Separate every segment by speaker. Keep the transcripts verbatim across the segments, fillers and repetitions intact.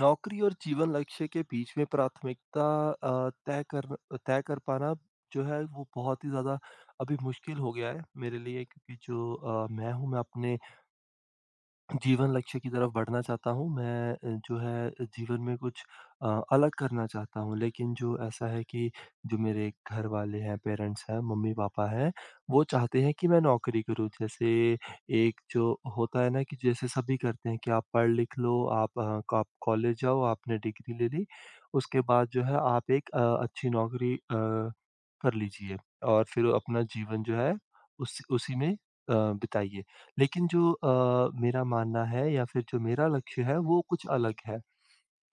Speaker 1: नौकरी और जीवन लक्ष्य के बीच में प्राथमिकता अ, तय कर तय कर पाना जो है वो बहुत ही ज़्यादा अभी मुश्किल हो गया है मेरे लिए क्योंकि जो अ, मैं हूँ मैं अपने जीवन लक्ष्य की तरफ बढ़ना चाहता हूँ। मैं अ, जो है जीवन में कुछ अ, अलग करना चाहता हूँ, लेकिन जो ऐसा है कि जो मेरे घर वाले हैं, पेरेंट्स हैं, मम्मी-पापा हैं, वो चाहते हैं कि मैं नौकरी करूँ। जैसे एक जो होता है ना कि जैसे सभी करते हैं कि आप पढ़ लिख लो, आप अ, क आप कॉलेज जाओ, आपने डिग्री ले ली, उसके बाद जो है आप एक अ, अच्छी नौकरी अ, कर लीजिए और फिर अपना जीवन जो है उस उसी में अ, बिताइए। लेकिन जो अ, मेरा मानना है या फिर जो मेरा लक्ष्य है वो कुछ अलग है।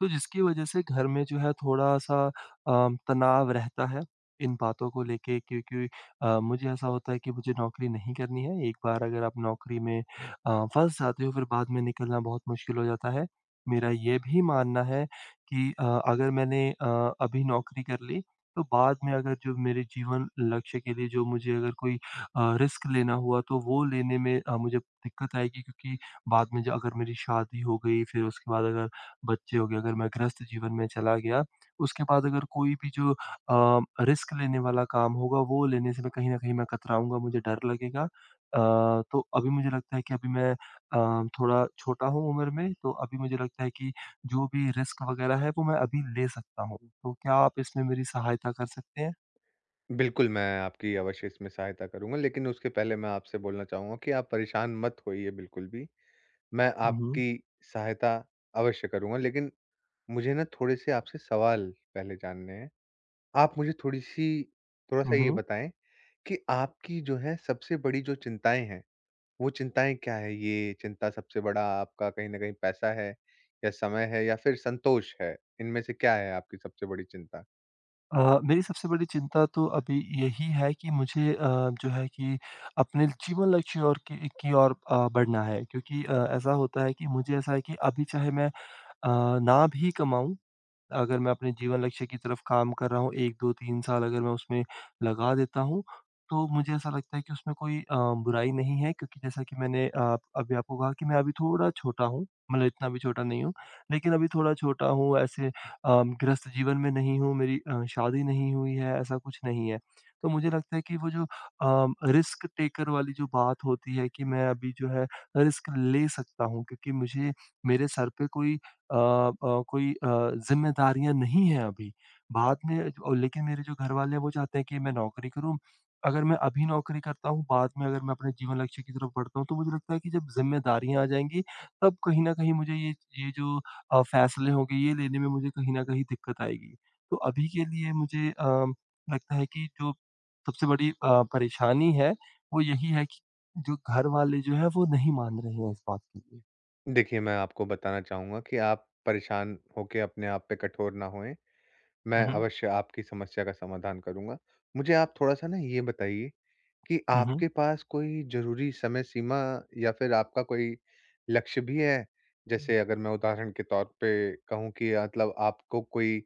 Speaker 1: तो जिसकी वजह से घर में जो है थोड़ा-सा अ, तनाव रहता है, इन बातों को लेके क्योंकि अ, मुझे ऐसा होता है कि मुझे नौकरी नहीं करनी है। एक बार अगर आप नौकरी में अ, फँस जाते हो फिर बाद में निकलना बहुत मुश्किल हो जाता है। मेरा ये भी मानना है कि अ, अगर मैंने अ, अभी नौकरी कर ली तो बाद में अगर जो मेरे जीवन लक्ष्य के लिए जो मुझे अगर कोई अ, रिस्क लेना हुआ तो वो लेने में अ, मुझे दिक्कत आएगी क्योंकि बाद में जो अगर मेरी शादी हो गई फिर उसके बाद अगर बच्चे हो गए, अगर मैं गृहस्थ जीवन में चला गया, उसके बाद अगर कोई भी जो अ, रिस्क लेने वाला काम होगा, वो लेने से मैं कहीं न कहीं मैं कतराऊँगा, मुझे डर लगेगा। अ, तो अभी मुझे लगता है कि अभी मैं अ, थोड़ा छोटा हूँ उम्र में, तो अभी मुझे लगता है कि जो भी रिस्क वगैरह है, वो मैं अभी ले सकता हूँ। तो क्या आप इसमें मेरी सहायता कर सकते हैं?
Speaker 2: बिल्कुल, मैं आपकी अवश्य इसमें सहायता करूँगा, लेकिन उसके पहले मैं आपसे बोलना चाहूँगा कि आप परेशान मत होइए बिल्कुल भी। मैं
Speaker 1: हुँ, हुँ।
Speaker 2: आपकी सहायता अवश्य करूँगा, लेकिन मुझे ना थोड़े-से आपसे सवाल पहले जानने हैं। आप मुझे थोड़ी-सी थोड़ा-सा
Speaker 1: हुँ,
Speaker 2: ये
Speaker 1: हुँ।
Speaker 2: बताएँ कि आपकी जो है सबसे बड़ी जो चिंताएँ हैं, वो चिंताएँ क्या हैं? ये चिंता सबसे बड़ा आपका कहीं न कहीं पैसा है या समय है या फिर संतोष है? इनमें से क्या है आपकी सबसे बड़ी चिंता?
Speaker 1: अ, मेरी सबसे बड़ी चिंता तो अभी यही है कि मुझे अ, जो है कि अपने जीवन लक्ष्य और की की ओर अ, बढ़ना है क्योंकि अ, ऐसा होता है कि मुझे ऐसा है कि अभी चाहे मैं अ, ना भी कमाऊँ अगर मैं अपने जीवन लक्ष्य की तरफ काम कर रहा हूँ एक, दो, तीन साल अगर मैं उसमें लगा देता हूँ, तो मुझे ऐसा लगता है कि उसमें कोई अ, बुराई नहीं है क्योंकि जैसा कि मैंने अ, अभी आपको कहा कि मैं अभी थोड़ा छोटा हूँ, मतलब इतना भी छोटा नहीं हूँ, लेकिन अभी थोड़ा छोटा हूँ, ऐसे अ, गृहस्थ जीवन में नहीं हूँ, मेरी अ, शादी नहीं हुई है, ऐसा कुछ नहीं है। तो मुझे लगता है कि वो जो अ, रिस्क टेकर वाली जो बात होती है कि मैं अभी जो है रिस्क ले सकता हूँ क्योंकि मुझे मेरे सर पे कोई अ अ, कोई अ, ज़िम्मेदारियाँ नहीं हैं अभी। बाद में और लेकिन मेरे जो घरवाले हैं वो चाहते हैं कि मैं नौकरी करूँ। अगर मैं अभी नौकरी करता हूँ, बाद में अगर मैं अपने जीवन लक्ष्य की तरफ बढ़ता हूँ, तो मुझे लगता है कि जब ज़िम्मेदारियाँ आ जाएँगी, तब कहीं न कहीं मुझे ये ये जो अ, फ़ैसले होंगे, ये लेने में मुझे कहीं न कहीं दिक्कत आएगी। तो अभी के लिए मुझे अ, लगता है कि जो सबसे बड़ी अ, परेशानी है, वो यही है कि जो घरवाले जो हैं, वो नहीं मान रहे हैं इस बात के लिए।
Speaker 2: देखिए, मैं आपको बताना चाहूँगा कि आप परेशान होके अपने आप पे कठोर ना होएँ, मैं
Speaker 1: हुँ, हुँ।
Speaker 2: अवश्य आपकी समस्या का समाधान करूँगा। मुझे आप थोड़ा-सा ना ये बताइए कि
Speaker 1: हुँ, हुँ।
Speaker 2: आपके पास कोई ज़रूरी समय सीमा या फिर आपका कोई लक्ष्य भी है? जैसे अगर मैं उदाहरण के तौर पे कहूँ कि मतलब आपको कोई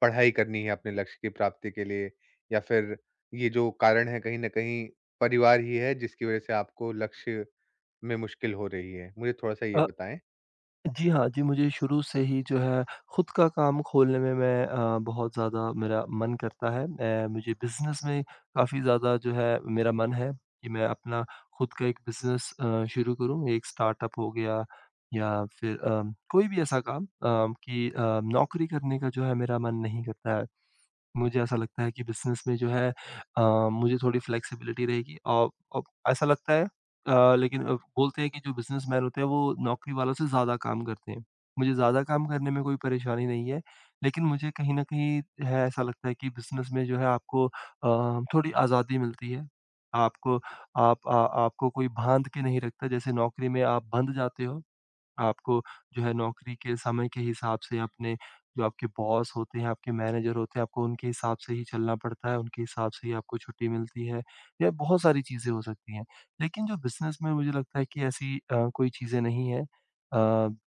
Speaker 2: पढ़ाई करनी है अपने लक्ष्य की प्राप्ति के लिए या फिर ये जो कारण है कहीं न कहीं परिवार ही है जिसकी वज़ह से आपको लक्ष्य में मुश्किल हो रही है? मुझे थोड़ा-सा ये बताएँ।
Speaker 1: जी हाँ, जी मुझे शुरू से ही जो है खुद का काम खोलने में मैं अ, बहुत ज़्यादा मेरा मन करता है। मैं मुझे बिज़नेस में काफ़ी ज़्यादा जो है मेरा मन है कि मैं अपना खुद का एक बिज़नेस अ, शुरू करूँ। एक स्टार्टअप हो गया या फिर अ, कोई भी ऐसा काम अ, कि अ, नौकरी करने का जो है मेरा मन नहीं करता है। मुझे ऐसा लगता है कि बिज़नेस में जो है अ, मुझे थोड़ी फ्लेक्सिबिलिटी रहेगी और अब ऐसा लगता है अ, लेकिन अब बोलते हैं कि जो बिज़नेसमैन होते हैं वो नौकरी वालों से ज़्यादा काम करते हैं। मुझे ज़्यादा काम करने में कोई परेशानी नहीं है, लेकिन मुझे कहीं न कहीं है ऐसा लगता है कि बिज़नेस में जो है आपको अ, थोड़ी आज़ादी मिलती है। आपको आप अ, आपको कोई बाँध के नहीं रखता जैसे नौकरी में आप बँध जाते हो। आपको जो है नौकरी के समय के हिसाब से अपने जो आपके बॉस होते हैं, आपके मैनेजर होते हैं, आपको उनके हिसाब से ही चलना पड़ता है, उनके हिसाब से ही आपको छुट्टी मिलती है या बहुत सारी चीज़ें हो सकती हैं। लेकिन जो बिज़नेस में मुझे लगता है कि ऐसी अ, कोई चीज़ें नहीं हैं। अ,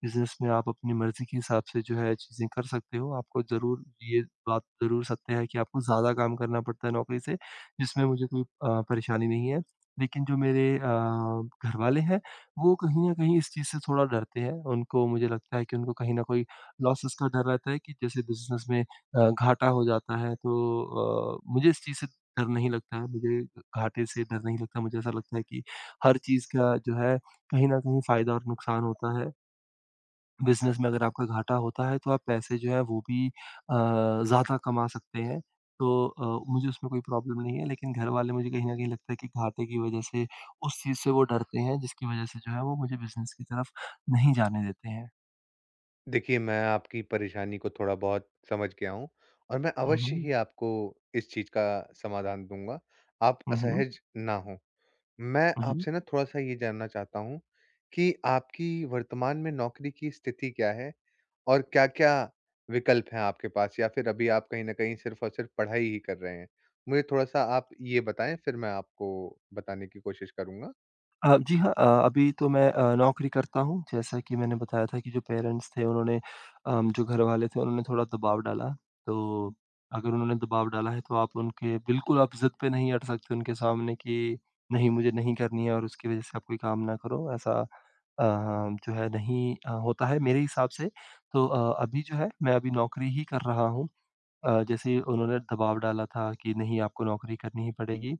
Speaker 1: बिज़नेस में आप अपनी मर्ज़ी के हिसाब से जो है चीज़ें कर सकते हो। आपको ज़रूर ये बात ज़रूर सत्य है कि आपको ज़्यादा काम करना पड़ता है नौकरी से, जिसमें मुझे कोई अ, परेशानी नहीं है। लेकिन जो मेरे अ, घरवाले हैं वो कहीं न कहीं इस चीज़ से थोड़ा डरते हैं। उनको मुझे लगता है कि उनको कहीं न कोई लॉसेस का डर रहता है कि जैसे बिज़नेस में अ, घाटा हो जाता है तो अ, मुझे इस चीज़ से डर नहीं लगता है। मुझे घाटे से डर नहीं लगता। मुझे ऐसा लगता है कि हर चीज़ का जो है कहीं न कहीं फ़ायदा और नुकसान होता है। बिज़नेस में अगर आपका घाटा होता है तो आप पैसे जो है वो भी अ, ज़्यादा कमा सकते हैं। तो अ, मुझे उसमें कोई प्रॉब्लम नहीं है लेकिन घरवाले मुझे कहीं न कहीं लगता है कि घाटे की वज़ह से उस चीज़ से वो डरते हैं जिसकी वज़ह से जो है वो मुझे बिज़नेस की तरफ नहीं जाने देते हैं।
Speaker 2: देखिए, मैं आपकी परेशानी को थोड़ा बहुत समझ गया हूँ और मैं
Speaker 1: हुँ,
Speaker 2: अवश्य
Speaker 1: हुँ।
Speaker 2: ही आपको इस चीज़ का समाधान दूँगा, आप
Speaker 1: हुँ, हुँ।
Speaker 2: असहज ना हों। मैं
Speaker 1: हुँ, हुँ।
Speaker 2: आपसे ना थोड़ा-सा ये जानना चाहता हूँ कि आपकी वर्तमान में नौकरी की स्थिति क्या है? और क्या-क्या विकल्प हैं आपके पास या फिर अभी आप कहीं न कहीं सिर्फ़ और सिर्फ़ पढ़ाई ही कर रहे हैं? मुझे थोड़ा-सा आप ये बताएँ, फिर मैं आपको बताने की कोशिश करूँगा।
Speaker 1: अ, जी हाँ, अ, अभी तो मैं अ, नौकरी करता हूँ। जैसा कि मैंने बताया था कि जो पेरेंट्स थे उन्होंने अम, जो घरवाले थे उन्होंने थोड़ा दबाव डाला। तो अगर उन्होंने दबाव डाला है तो आप उनके बिल्कुल आप ज़िद पे नहीं अड़ सकते उनके सामने कि नहीं मुझे नहीं करनी है और उसकी वज़ह से आप कोई काम ना करो। ऐसा अ, जो है नहीं अ, होता है मेरे हिसाब से। तो अ, अभी जो है मैं अभी नौकरी ही कर रहा हूँ। अ, जैसे ही उन्होंने दबाव डाला था कि नहीं आपको नौकरी करनी ही पड़ेगी।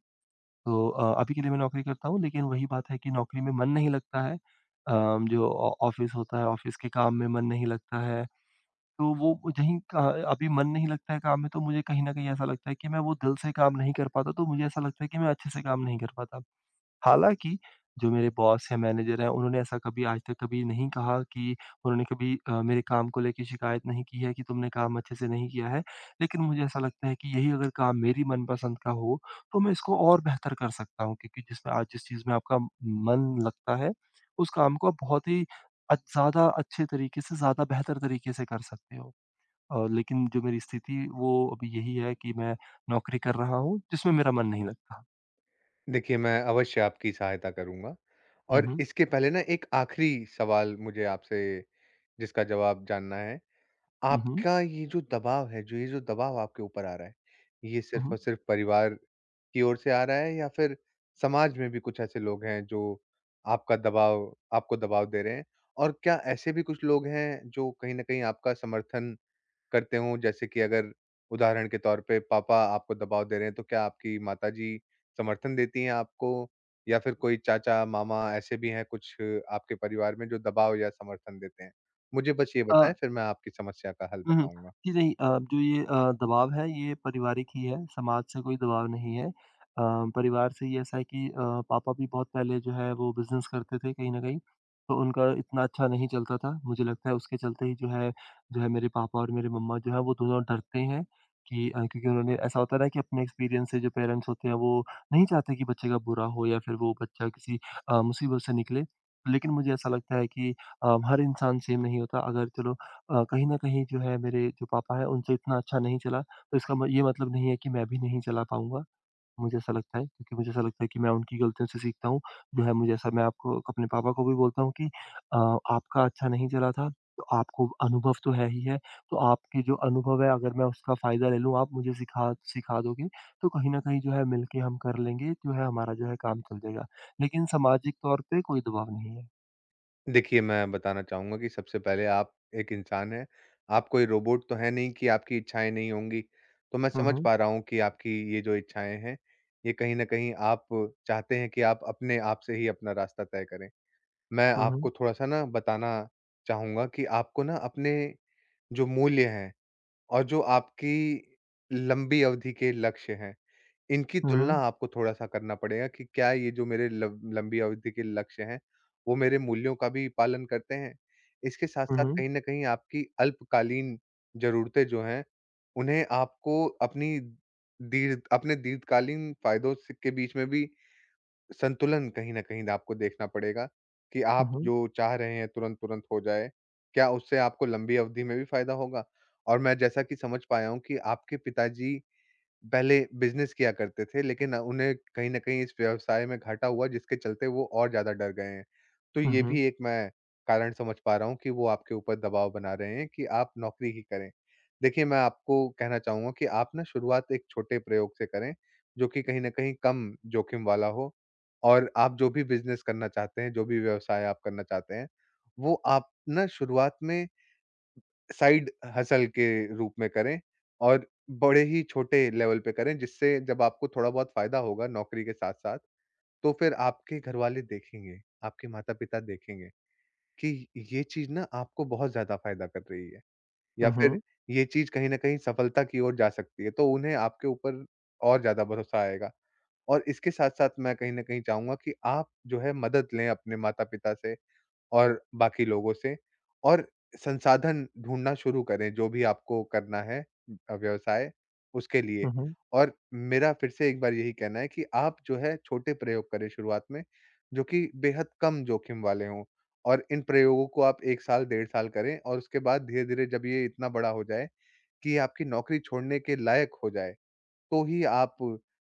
Speaker 1: तो अ, अभी के लिए मैं नौकरी करता हूँ, लेकिन वही बात है कि नौकरी में मन नहीं लगता है। अम, जो ऑ ऑफ़िस होता है, ऑफ़िस के काम में मन नहीं लगता है। तो वो जहीं का अभी मन नहीं लगता है काम में, तो मुझे कहीं न कहीं ऐसा लगता है कि मैं वो दिल से काम नहीं कर पाता, तो मुझे ऐसा लगता है कि मैं अच्छे से काम नहीं कर पाता। हालाँकि, जो मेरे बॉस हैं, मैनेजर हैं, उन्होंने ऐसा कभी आज तक कभी नहीं कहा कि उन्होंने कभी अ, मेरे काम को लेके शिकायत नहीं की है कि तुमने काम अच्छे से नहीं किया है। लेकिन मुझे ऐसा लगता है कि यही अगर काम मेरी मनपसंद का हो, तो मैं इसको और बेहतर कर सकता हूँ क्योंकि जिसमें आज जिस चीज़ में आपका मन लगता है, उस काम को आप बहुत ही अ, ज़्यादा अच्छे तरीके से, ज़्यादा बेहतर तरीके से कर सकते हो। और लेकिन जो मेरी स्थिति वो अभी यही है कि मैं नौकरी कर रहा हूँ, जिसमें मेरा मन नहीं लगता।
Speaker 2: देखिए, मैं अवश्य आपकी सहायता करूँगा
Speaker 1: हुँ,
Speaker 2: और
Speaker 1: हुँ।
Speaker 2: इसके पहले ना एक आखिरी सवाल मुझे आपसे जिसका जवाब जानना है।
Speaker 1: हुँ, हुँ।
Speaker 2: आपका ये जो दबाव है, जो ये जो दबाव आपके ऊपर आ रहा है, ये
Speaker 1: हुँ,
Speaker 2: सिर्फ़
Speaker 1: हुँ।
Speaker 2: और सिर्फ़ परिवार की ओर से आ रहा है या फिर समाज में भी कुछ ऐसे लोग हैं जो आपका दबाव आपको दबाव दे रहे हैं? और क्या ऐसे भी कुछ लोग हैं जो कहीं न कहीं आपका समर्थन करते हों? जैसे कि अगर उदाहरण के तौर पे पापा आपको दबाव दे रहे हैं, तो क्या आपकी माताजी समर्थन देती हैं आपको? या फिर कोई चाचा, मामा ऐसे भी हैं कुछ आपके परिवार में जो दबाव या समर्थन देते हैं? मुझे बस ये
Speaker 1: अ
Speaker 2: बताएँ, फिर मैं आपकी समस्या का हल
Speaker 1: हुँ, हुँ।
Speaker 2: बताऊँगा।
Speaker 1: जी, नहीं अ, जो ये अ, दबाव है ये पारिवारिक ही है, समाज से कोई दबाव नहीं है। अ, परिवार से ये ऐसा है कि अ, पापा भी बहुत पहले जो है वो बिज़नेस करते थे कहीं न कहीं, तो उनका इतना अच्छा नहीं चलता था। मुझे लगता है उसके चलते ही जो है जो है मेरे पापा और मेरे मम्मा जो है वो दोनों डरते हैं कि अ, क्योंकि उन्होंने ऐसा होता है ना कि अपने एक्सपीरियंस से जो पेरेंट्स होते हैं वो नहीं चाहते कि बच्चे का बुरा हो या फिर वो बच्चा किसी अ, मुसीबत से निकले। लेकिन मुझे ऐसा लगता है कि अ, हर इंसान सेम नहीं होता। अगर चलो अ, कहीं न कहीं जो है मेरे जो पापा हैं उनसे इतना अच्छा नहीं चला, तो इसका म ये मतलब नहीं है कि मैं भी नहीं चला पाऊँगा। मुझे ऐसा लगता है क्योंकि मुझे ऐसा लगता है कि मैं उनकी गलतियों से सीखता हूँ। जो है मुझे ऐसा मैं आपको अपने पापा को भी बोलता हूँ कि अ, आपका अच्छा नहीं चला था, तो आपको अनुभव तो है ही है, तो आपके जो अनुभव है अगर मैं उसका फ़ायदा ले लूँ, आप मुझे सिखा सिखा दोगे, तो कहीं न कहीं जो है मिलके हम कर लेंगे, जो है हमारा जो है काम चल जाएगा। लेकिन सामाजिक तौर पे कोई दबाव नहीं है।
Speaker 2: देखिए, मैं बताना चाहूँगा कि सबसे पहले आप एक इंसान हैं, आप कोई रोबोट तो हैं नहीं कि आपकी इच्छाएँ नहीं होंगी। तो मैं
Speaker 1: हुँ,
Speaker 2: समझ
Speaker 1: हुँ।
Speaker 2: पा रहा हूँ कि आपकी ये जो इच्छाएँ हैं, ये कहीं न कहीं आप चाहते हैं कि आप अपने आप से ही अपना रास्ता तय करें। मैं
Speaker 1: हुँ, हुँ।
Speaker 2: आपको थोड़ा-सा ना बताना चाहूँगा कि आपको ना अपने जो मूल्य हैं और जो आपकी लंबी अवधि के लक्ष्य हैं, इनकी
Speaker 1: हुँ,
Speaker 2: तुलना
Speaker 1: हुँ।
Speaker 2: आपको थोड़ा-सा करना पड़ेगा कि क्या ये जो मेरे लब लंबी अवधि के लक्ष्य हैं, वो मेरे मूल्यों का भी पालन करते हैं? इसके
Speaker 1: हुँ,
Speaker 2: साथ-साथ
Speaker 1: हुँ।
Speaker 2: कहीं न कहीं आपकी अल्पकालीन ज़रूरतें जो हैं, उन्हें आपको अपनी दीर्घ अपने दीर्घकालीन फ़ायदों से के बीच में भी संतुलन कहीं न कहीं आपको देखना पड़ेगा कि
Speaker 1: हुँ,
Speaker 2: आप
Speaker 1: हुँ।
Speaker 2: जो चाह रहे हैं तुरंत-तुरंत हो जाए, क्या उससे आपको लंबी अवधि में भी फ़ायदा होगा? और मैं जैसा कि समझ पाया हूँ कि आपके पिताजी पहले बिज़नेस किया करते थे, लेकिन उन्हें कहीं न कहीं इस व्यवसाय में घाटा हुआ जिसके चलते वो और ज़्यादा डर गए हैं। तो
Speaker 1: हुँ,
Speaker 2: ये
Speaker 1: हुँ।
Speaker 2: भी एक मैं कारण समझ पा रहा हूँ कि वो आपके ऊपर दबाव बना रहे हैं कि आप नौकरी ही करें। देखिए, मैं आपको कहना चाहूँगा कि आप ना शुरुआत एक छोटे प्रयोग से करें, जो कि कहीं न कहीं कम जोखिम वाला हो और आप जो भी बिज़नेस करना चाहते हैं, जो भी व्यवसाय आप करना चाहते हैं, वो आप ना शुरुआत में साइड हसल के रूप में करें और बड़े ही छोटे लेवल पे करें, जिससे जब आपको थोड़ा बहुत फ़ायदा होगा नौकरी के साथ-साथ, तो फिर आपके घरवाले देखेंगे, आपके माता-पिता देखेंगे कि ये चीज़ ना आपको बहुत ज़्यादा फ़ायदा कर रही है या
Speaker 1: हुँ,
Speaker 2: फिर
Speaker 1: हुँ।
Speaker 2: ये चीज़ कहीं न कहीं सफलता की ओर जा सकती है, तो उन्हें आपके ऊपर और ज़्यादा भरोसा आएगा। और इसके साथ-साथ मैं कहीं न कहीं चाहूँगा कि आप जो है मदद लें अपने माता-पिता से और बाकी लोगों से और संसाधन ढूँढना शुरू करें, जो भी आपको करना है अ, व्यवसाय उसके लिए।
Speaker 1: हुँ, हुँ।
Speaker 2: और मेरा फिर से एक बार यही कहना है कि आप जो है छोटे प्रयोग करें शुरुआत में, जो कि बेहद कम जोखिम वाले हों और इन प्रयोगों को आप एक साल, डेढ़ साल करें और उसके बाद धीरे-धीरे जब ये इतना बड़ा हो जाए कि ये आपकी नौकरी छोड़ने के लायक हो जाए, तो ही आप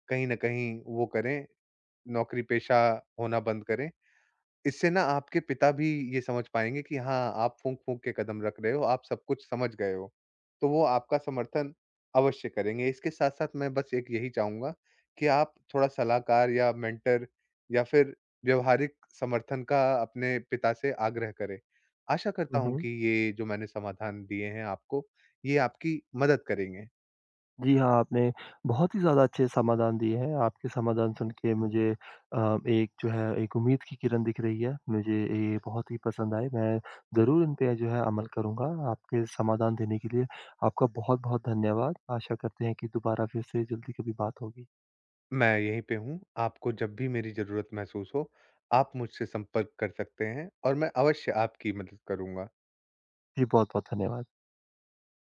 Speaker 2: कहीं न कहीं वो करें, नौकरी पेशा होना बंद करें। इससे ना आपके पिता भी ये समझ पाएँगे कि हाँ, आप फूँक-फूँक के कदम रख रहे हो, आप सब कुछ समझ गए हो। तो वो आपका समर्थन अवश्य करेंगे। इसके साथ-साथ मैं बस एक यही चाहूँगा कि आप थोड़ा सलाहकार या मेंटर या फिर व्यावहारिक समर्थन का अपने पिता से आग्रह करें। आशा
Speaker 1: हुँ,
Speaker 2: करता हूँ
Speaker 1: हुँ।
Speaker 2: कि ये जो मैंने समाधान दिए हैं आपको, ये आपकी मदद करेंगे।
Speaker 1: जी हाँ, आपने बहुत ही ज़्यादा अच्छे समाधान दिए हैं। आपके समाधान सुन के मुझे अ, एक जो है एक उम्मीद की किरण दिख रही है। मुझे ये बहुत ही पसंद आए। मैं ज़रूर इन पे जो है अमल करूँगा। आपके समाधान देने के लिए आपका बहुत-बहुत धन्यवाद। आशा करते हैं कि दोबारा फिर से जल्दी कभी बात होगी।
Speaker 2: मैं यहीं पे हूँ, आपको जब भी मेरी ज़रूरत महसूस हो, आप मुझसे संपर्क कर सकते हैं और मैं अवश्य आपकी मदद करूँगा।
Speaker 1: जी, बहुत-बहुत धन्यवाद।